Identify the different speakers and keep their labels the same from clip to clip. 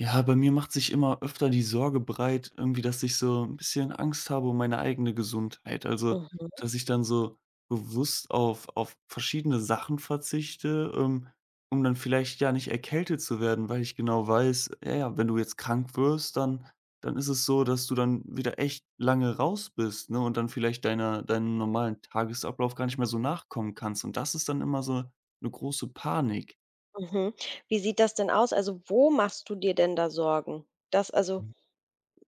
Speaker 1: Ja, bei mir macht sich immer öfter die Sorge breit, irgendwie, dass ich so ein bisschen Angst habe um meine eigene Gesundheit. Also,
Speaker 2: Mhm,
Speaker 1: dass ich dann so bewusst auf verschiedene Sachen verzichte, um dann vielleicht ja nicht erkältet zu werden, weil ich genau weiß, ja, ja, wenn du jetzt krank wirst, dann ist es so, dass du dann wieder echt lange raus bist, ne, und dann vielleicht deiner deinem normalen Tagesablauf gar nicht mehr so nachkommen kannst. Und das ist dann immer so eine große Panik.
Speaker 2: mhm. Wie sieht das denn aus? Also, wo machst du dir denn da Sorgen? Das, also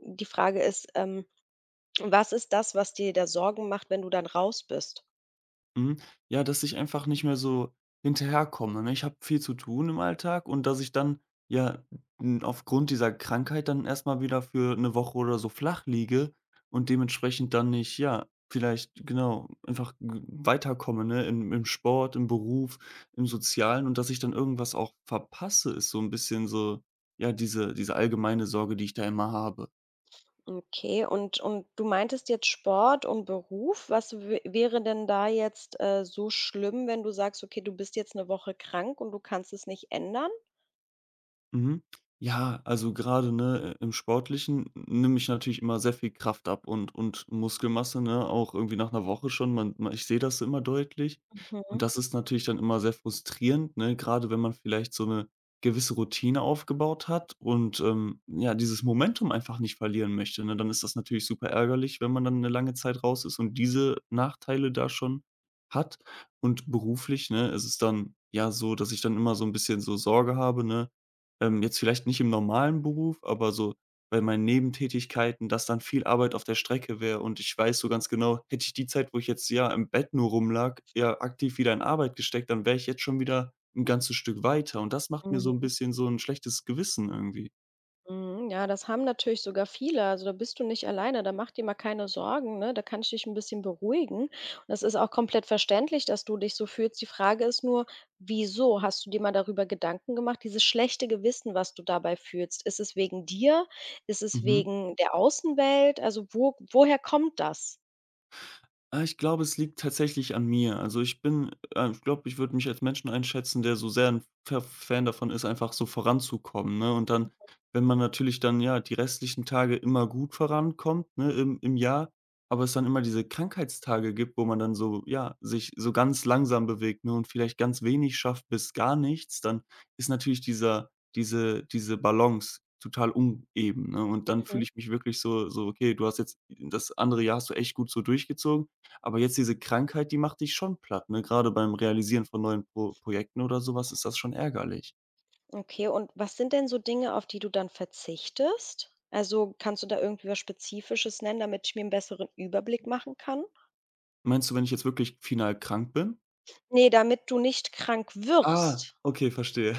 Speaker 2: die Frage ist, was ist das, was dir da Sorgen macht, wenn du dann raus bist?
Speaker 1: Mhm. Ja, dass ich einfach nicht mehr so hinterherkomme, ne? Ich habe viel zu tun im Alltag und dass ich dann, ja, aufgrund dieser Krankheit dann erstmal wieder für eine Woche oder so flach liege und dementsprechend dann nicht, ja, vielleicht genau, einfach g weiterkomme, ne, im Sport, im Beruf, im Sozialen und dass ich dann irgendwas auch verpasse, ist so ein bisschen so, ja, diese allgemeine Sorge, die ich da immer habe.
Speaker 2: Okay, und du meintest jetzt Sport und Beruf. Was wä wäre denn da jetzt, so schlimm, wenn du sagst: „Okay, du bist jetzt eine Woche krank und du kannst es nicht ändern?"
Speaker 1: Mhm. Ja, also gerade ne, im Sportlichen nehme ich natürlich immer sehr viel Kraft ab und Muskelmasse, ne, auch irgendwie nach einer Woche schon. Man ma Ich sehe das immer deutlich
Speaker 2: Mhm,
Speaker 1: und das ist natürlich dann immer sehr frustrierend, ne, gerade wenn man vielleicht so eine gewisse Routine aufgebaut hat und, ja, dieses Momentum einfach nicht verlieren möchte, ne? Dann ist das natürlich super ärgerlich, wenn man dann eine lange Zeit raus ist und diese Nachteile da schon hat. Und beruflich, ne, ist es dann, ja, so, dass ich dann immer so ein bisschen so Sorge habe, ne, jetzt vielleicht nicht im normalen Beruf, aber so bei meinen Nebentätigkeiten, dass dann viel Arbeit auf der Strecke wäre und ich weiß so ganz genau, hätte ich die Zeit, wo ich jetzt ja im Bett nur rumlag, ja aktiv wieder in Arbeit gesteckt, dann wäre ich jetzt schon wieder ein ganzes Stück weiter und das macht mir so ein
Speaker 2: mhm.
Speaker 1: bisschen so ein schlechtes Gewissen irgendwie.
Speaker 2: Mhm, ja, das haben natürlich sogar viele. Also da bist du nicht alleine, da mach dir mal keine Sorgen, ne? Da kann ich dich ein bisschen beruhigen. Und das ist auch komplett verständlich, dass du dich so fühlst. Die Frage ist nur, wieso? Hast du dir mal darüber Gedanken gemacht, dieses schlechte Gewissen, was du dabei fühlst? Ist es wegen dir? Ist es
Speaker 1: Mhm.
Speaker 2: wegen der Außenwelt? Also wo woher kommt das?
Speaker 1: Ah, ich glaube, es liegt tatsächlich an mir. Also, ich bin ich glaube, ich würde mich als Menschen einschätzen, der so sehr ein Fa Fan davon ist, einfach so voranzukommen, ne? Und dann, wenn man natürlich dann, ja, die restlichen Tage immer gut vorankommt, ne, im Jahr, aber es dann immer diese Krankheitstage gibt, wo man dann so, ja, sich so ganz langsam bewegt, ne, und vielleicht ganz wenig schafft bis gar nichts, dann ist natürlich diese Balance total uneben, ne? Und dann
Speaker 2: Mhm.
Speaker 1: fühle ich mich wirklich so so: „Okay, du hast jetzt das andere Jahr hast du echt gut so durchgezogen.“ Aber jetzt diese Krankheit, die macht dich schon platt, ne? Gerade beim Realisieren von neuen Projekten oder so was ist das schon ärgerlich.
Speaker 2: Okay, und was sind denn so Dinge, auf die du dann verzichtest? Also, kannst du da irgendwie was Spezifisches nennen, damit ich mir einen besseren Überblick machen kann?
Speaker 1: Meinst du, wenn ich jetzt wirklich final krank bin?
Speaker 2: Ne, damit du nicht krank
Speaker 1: Ah,
Speaker 2: wirst.
Speaker 1: okay, verstehe.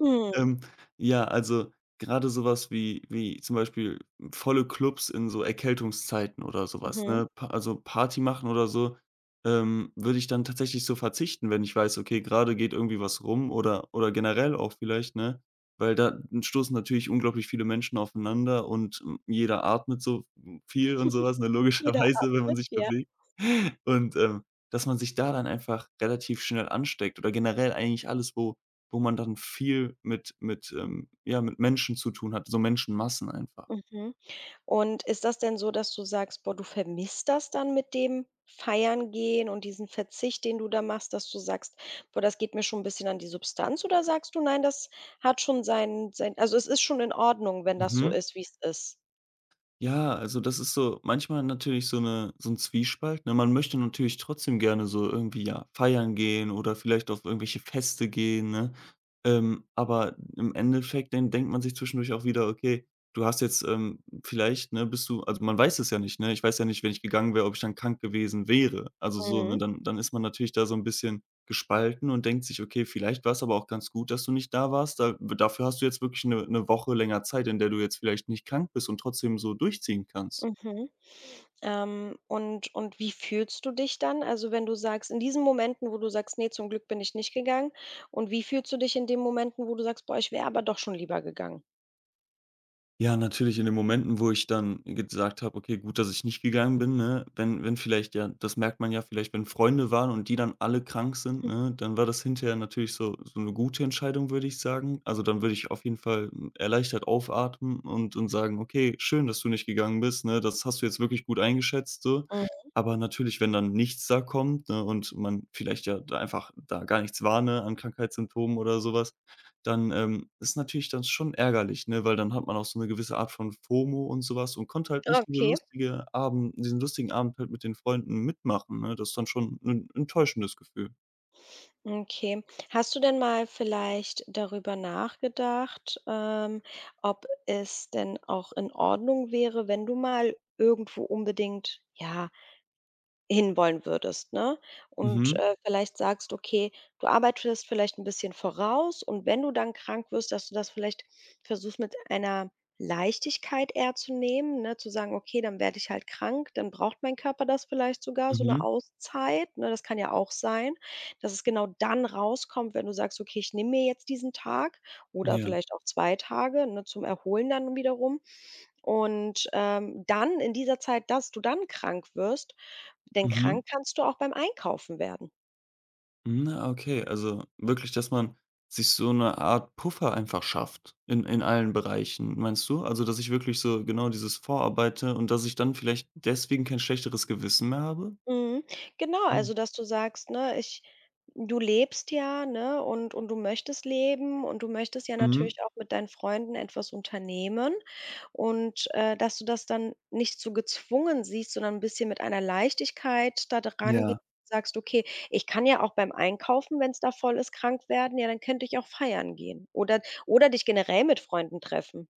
Speaker 2: Mhm,
Speaker 1: Ähm, ja, also gerade sowas wie zum Beispiel volle Clubs in so Erkältungszeiten oder sowas,
Speaker 2: mhm.
Speaker 1: ne? Pa Also Party machen oder so, würde ich dann tatsächlich so verzichten, wenn ich weiß, okay, gerade geht irgendwie was rum oder generell auch vielleicht, ne? Weil da stoßen natürlich unglaublich viele Menschen aufeinander und, jeder atmet so viel und sowas, ne,
Speaker 2: Jeder
Speaker 1: logischerweise, wenn man
Speaker 2: atmet,
Speaker 1: sich
Speaker 2: ja.
Speaker 1: bewegt. Und, dass man sich da dann einfach relativ schnell ansteckt oder generell eigentlich alles, wo man dann viel mit, ja, mit Menschen zu tun hat, so Menschenmassen einfach.
Speaker 2: Mhm. Und ist das denn so, dass du sagst: „Boah, du vermisst das dann mit dem Feiern gehen und diesen Verzicht, den du da machst", dass du sagst: „Boah, das geht mir schon 'n bisschen an die Substanz", oder sagst du: „Nein, das hat schon seinen sein also, es ist schon in Ordnung, wenn das so
Speaker 1: Mhm.
Speaker 2: ist, wie's ist?"
Speaker 1: Ja, also das ist so manchmal natürlich so 'n Zwiespalt, ne? Man möchte natürlich trotzdem gerne so irgendwie, ja, feiern gehen oder vielleicht auf irgendwelche Feste gehen, ne? Aber im Endeffekt, dann denkt man sich zwischendurch auch wieder: „Okay, du hast jetzt, vielleicht, ne, bist du“, also man weiß es ja nicht, ne? Ich weiß ja nicht, wenn ich gegangen wäre, ob ich dann krank gewesen wäre. Also so,
Speaker 2: Mhm.
Speaker 1: ne? Dann ist man natürlich da so 'n bisschen gespalten und denkt sich: „Okay, vielleicht war es aber auch ganz gut, dass du nicht da warst. Da Dafür hast du jetzt wirklich eine 'ne Woche länger Zeit, in der du jetzt vielleicht nicht krank bist und trotzdem so durchziehen kannst.“
Speaker 2: Mhm. Und wie fühlst du dich dann? Also, wenn du sagst in diesen Momenten, wo du sagst: nee, zum Glück bin ich nicht gegangen." Und wie fühlst du dich in den Momenten, wo du sagst: „Boah, ich wäre aber doch schon lieber gegangen?"
Speaker 1: Ja, natürlich in den Momenten, wo ich dann gesagt habe: „Okay, gut, dass ich nicht gegangen bin“, ne? Wenn vielleicht ja, das merkt man ja vielleicht, wenn Freunde waren und die dann alle krank sind,
Speaker 2: Mhm.
Speaker 1: ne, dann war das hinterher natürlich so so eine gute Entscheidung, würde ich sagen. Also, dann würde ich auf jeden Fall, erleichtert aufatmen und sagen: „Okay, schön, dass du nicht gegangen bist, ne? Das hast du jetzt wirklich gut eingeschätzt so.“
Speaker 2: Mhm.
Speaker 1: Aber natürlich, wenn dann nichts da kommt, ne, und man vielleicht ja da einfach da gar nichts war, ne, an Krankheitssymptomen oder sowas, dann, ist natürlich dann schon ärgerlich, ne, weil dann hat man auch so eine gewisse Art von FOMO und sowas und konnte halt nicht
Speaker 2: Okay.
Speaker 1: diesen lustigen Abend halt mit den Freunden mitmachen, ne? Das ist dann schon ein enttäuschendes Gefühl.
Speaker 2: Okay. Hast du denn mal vielleicht darüber nachgedacht, ob es denn auch in Ordnung wäre, wenn du mal irgendwo unbedingt, ja, hinwollen würdest, ne? Und,
Speaker 1: Mhm,
Speaker 2: vielleicht sagst, okay, du arbeitest vielleicht ein bisschen voraus, und wenn du dann krank wirst, dass du das vielleicht versuchst, mit einer Leichtigkeit eher zu nehmen, ne? Zu sagen: „Okay, dann werde ich halt krank, dann braucht mein Körper das vielleicht sogar, so eine
Speaker 1: mhm,
Speaker 2: Auszeit", ne? Das kann ja auch sein, dass es genau dann rauskommt, wenn du sagst: „Okay, ich nehme mir jetzt diesen Tag oder
Speaker 1: ja,
Speaker 2: vielleicht auch 2 Tage", ne, zum Erholen dann wiederum. Und, dann in dieser Zeit, dass du dann krank wirst, denn
Speaker 1: mhm,
Speaker 2: krank kannst du auch beim Einkaufen werden.
Speaker 1: mhm, ah, okay. Also, wirklich, dass man sich so eine Art Puffer einfach schafft in allen Bereichen, meinst du? Also, dass ich wirklich so genau dieses vorarbeite und dass ich dann vielleicht deswegen kein schlechteres Gewissen mehr habe?
Speaker 2: Mhm. Genau,
Speaker 1: Mhm,
Speaker 2: also dass du sagst, ne, ich, du lebst ja, ne, und du möchtest leben und du möchtest ja
Speaker 1: mhm,
Speaker 2: natürlich auch mit deinen Freunden etwas unternehmen, und, dass du das dann nicht so gezwungen siehst, sondern ein bisschen mit einer Leichtigkeit da dran gehst
Speaker 1: ja.
Speaker 2: und sagst: „Okay, ich kann ja auch beim Einkaufen, wenn es da voll ist, krank werden. Ja, dann könnte ich auch feiern gehen." Oder dich generell mit Freunden treffen.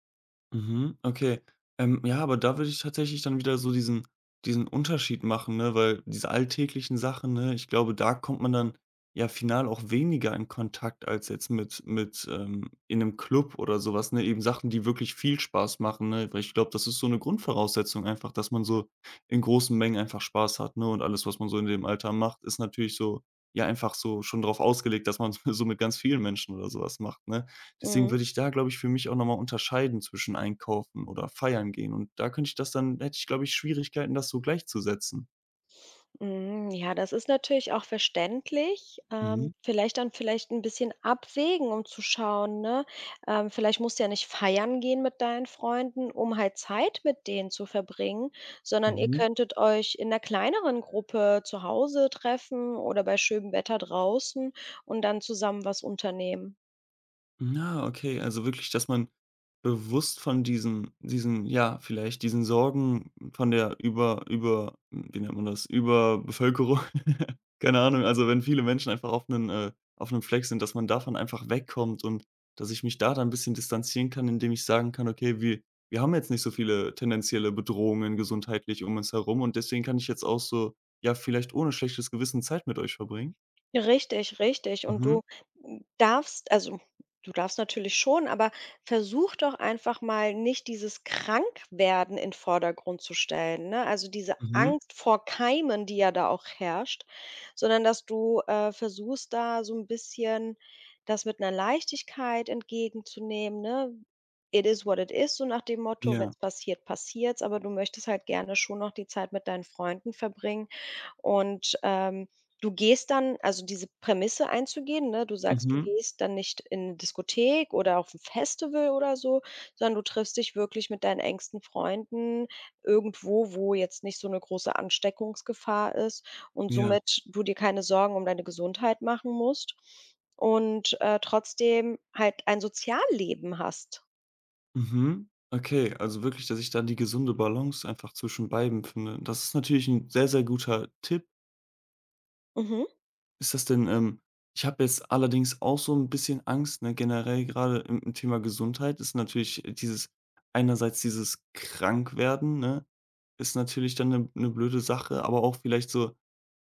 Speaker 1: Mhm, okay. Ja, aber da würde ich tatsächlich dann wieder so diesen Unterschied machen, ne, weil diese alltäglichen Sachen, ne, ich glaube, da kommt man dann ja final auch weniger in Kontakt als jetzt mit, in einem Club oder sowas, ne? Eben Sachen, die wirklich viel Spaß machen, ne? Weil ich glaube, das ist so eine Grundvoraussetzung einfach, dass man so in großen Mengen einfach Spaß hat, ne? Und alles, was man so in dem Alter macht, ist natürlich so ja, einfach so schon darauf ausgelegt, dass man so mit ganz vielen Menschen oder sowas macht, ne? Deswegen
Speaker 2: Mhm.
Speaker 1: würde ich da, glaube ich, für mich auch noch mal unterscheiden zwischen einkaufen oder feiern gehen. Und da könnte ich das dann, hätte ich, glaube ich, Schwierigkeiten, das so gleichzusetzen.
Speaker 2: Mhm, ja, das ist natürlich auch verständlich.
Speaker 1: Mhm,
Speaker 2: Vielleicht dann vielleicht ein bisschen abwägen, um zu schauen, ne? Vielleicht musst du ja nicht feiern gehen mit deinen Freunden, um halt Zeit mit denen zu verbringen, sondern ihr
Speaker 1: mhm.
Speaker 2: könntet euch in 'ner kleineren Gruppe zu Hause treffen oder bei schönem Wetter draußen, und dann zusammen was unternehmen.
Speaker 1: Na, okay, also wirklich, dass man bewusst von diesen ja, vielleicht diesen Sorgen von der über über wie nennt man das, Überbevölkerung, keine Ahnung, also wenn viele Menschen einfach auf einem Fleck sind, dass man davon einfach wegkommt und dass ich mich da dann ein bisschen distanzieren kann, indem ich sagen kann: „Okay, wir haben jetzt nicht so viele tendenzielle Bedrohungen gesundheitlich um uns herum und deswegen kann ich jetzt auch so, ja, vielleicht ohne schlechtes Gewissen Zeit mit euch verbringen.“
Speaker 2: Richtig, richtig. Und
Speaker 1: Mhm,
Speaker 2: du darfst, also, du darfst natürlich schon, aber versuch doch einfach mal nicht dieses Krankwerden in Vordergrund zu stellen, ne? Also, diese
Speaker 1: mhm,
Speaker 2: Angst vor Keimen, die ja da auch herrscht, sondern dass du, versuchst, da so ein bisschen das mit einer Leichtigkeit entgegenzunehmen, ne? „It is what it is", so nach dem Motto, wenn
Speaker 1: ja,
Speaker 2: es passiert, passiert's, aber du möchtest halt gerne schon noch die Zeit mit deinen Freunden verbringen, und, du gehst dann also diese Prämisse einzugehen, ne? Du sagst, du
Speaker 1: mhm,
Speaker 2: gehst dann nicht in 'ne Diskothek oder auf 'n Festival oder so, sondern du triffst dich wirklich mit deinen engsten Freunden irgendwo, wo jetzt nicht so 'ne große Ansteckungsgefahr ist und
Speaker 1: ja.
Speaker 2: somit du dir keine Sorgen um deine Gesundheit machen musst und, trotzdem halt ein Sozialleben hast.
Speaker 1: Mhm. Okay, also wirklich, dass ich dann die gesunde Balance einfach zwischen beidem finde. Das ist natürlich ein sehr, sehr guter Tipp.
Speaker 2: Mhm.
Speaker 1: Ist das denn, ich habe jetzt allerdings auch so ein bisschen Angst, ne, generell gerade im Thema Gesundheit ist natürlich dieses einerseits dieses Krankwerden, ne, ist natürlich dann eine blöde Sache, aber auch vielleicht so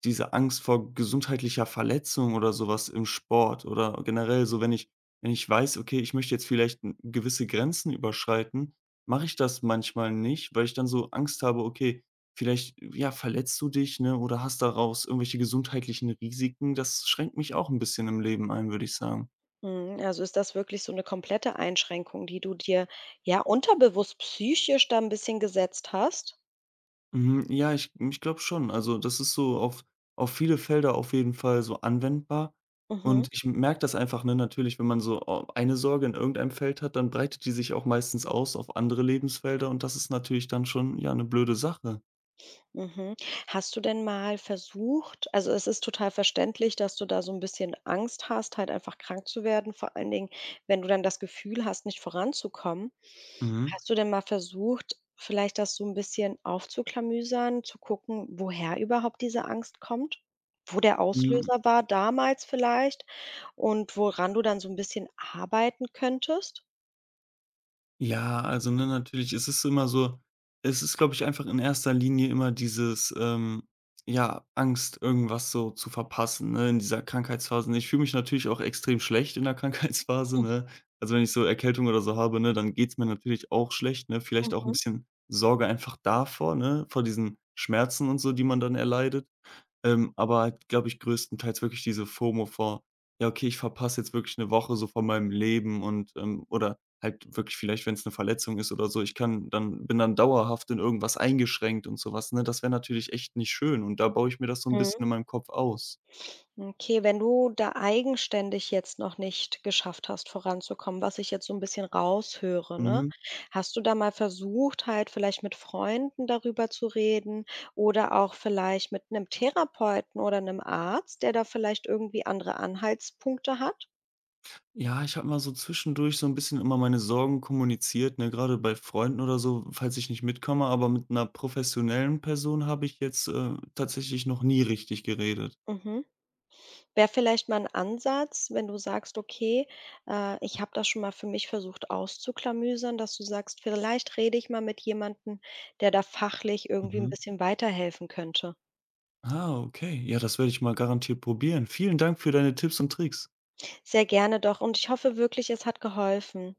Speaker 1: diese Angst vor gesundheitlicher Verletzung oder sowas im Sport oder generell so, wenn ich weiß: „Okay, ich möchte jetzt vielleicht n gewisse Grenzen überschreiten“, mache ich das manchmal nicht, weil ich dann so Angst habe: „Okay, vielleicht, ja, verletzt du dich, ne, oder hast daraus irgendwelche gesundheitlichen Risiken.“ Das schränkt mich auch ein bisschen im Leben ein, würde ich sagen.
Speaker 2: Mhm. Also, ist das wirklich so 'ne komplette Einschränkung, die du dir, ja, unterbewusst psychisch da 'n bisschen gesetzt hast?
Speaker 1: Mhm, ja, ich glaube schon. Also, das ist so auf viele Felder auf jeden Fall so anwendbar.
Speaker 2: Mhm.
Speaker 1: Und ich merke das einfach, ne, natürlich, wenn man so au eine Sorge in irgendeinem Feld hat, dann breitet die sich auch meistens aus auf andere Lebensfelder und das ist natürlich dann schon, ja, eine blöde Sache.
Speaker 2: Mhm. Hast du denn mal versucht, also, es ist total verständlich, dass du da so ein bisschen Angst hast, halt einfach krank zu werden, vor allen Dingen, wenn du dann das Gefühl hast, nicht voranzukommen.
Speaker 1: Mhm.
Speaker 2: Hast du denn mal versucht, vielleicht das so ein bisschen aufzuklamüsern, zu gucken, woher überhaupt diese Angst kommt? Wo der
Speaker 1: Hm
Speaker 2: Auslöser war damals vielleicht und woran du dann so ein bisschen arbeiten könntest?
Speaker 1: Ja, also, ne, natürlich, es ist immer so, es ist, glaube ich, einfach in erster Linie immer dieses, ja, Angst, irgendwas so zu verpassen, ne, in dieser Krankheitsphase. Ich fühle mich natürlich auch extrem schlecht in der Krankheitsphase, ne? Also, wenn ich so Erkältung oder so habe, ne, dann geht's mir natürlich auch schlecht, ne? Vielleicht auch ein
Speaker 2: Mhm.
Speaker 1: bisschen Sorge einfach davor, ne, vor diesen Schmerzen und so, die man dann erleidet. Aber halt, glaube ich, größtenteils wirklich diese FOMO vor: „Ja, okay, ich verpasse jetzt wirklich eine Woche so von meinem Leben und, ähm“, oder halt wirklich vielleicht, wenn es eine Verletzung ist oder so, ich kann dann bin dann dauerhaft in irgendwas eingeschränkt und sowas, ne? Das wäre natürlich echt nicht schön und da baue ich mir das so ein
Speaker 2: Mhm.
Speaker 1: bisschen in meinem Kopf aus.
Speaker 2: Okay, wenn du da eigenständig jetzt noch nicht geschafft hast, voranzukommen, was ich jetzt so ein bisschen raushöre, ne?
Speaker 1: Mhm.
Speaker 2: Hast du da mal versucht, halt vielleicht mit Freunden darüber zu reden oder auch vielleicht mit 'nem Therapeuten oder 'nem Arzt, der da vielleicht irgendwie andere Anhaltspunkte hat?
Speaker 1: Ja, ich habe mal so zwischendurch so ein bisschen immer meine Sorgen kommuniziert, ne, gerade bei Freunden oder so, falls ich nicht mitkomme, aber mit einer professionellen Person habe ich jetzt, tatsächlich noch nie richtig geredet.
Speaker 2: Mhm. Wäre vielleicht mal ein Ansatz, wenn du sagst: „Okay, ich habe das schon mal für mich versucht auszuklamüsern", dass du sagst: „Vielleicht rede ich mal mit jemandem, der da fachlich irgendwie ein
Speaker 1: Mhm.
Speaker 2: bisschen weiterhelfen könnte."
Speaker 1: Ah, okay. Ja, das werde ich mal garantiert probieren. Vielen Dank für deine Tipps und Tricks.
Speaker 2: Sehr gerne doch, und ich hoffe wirklich, es hat geholfen.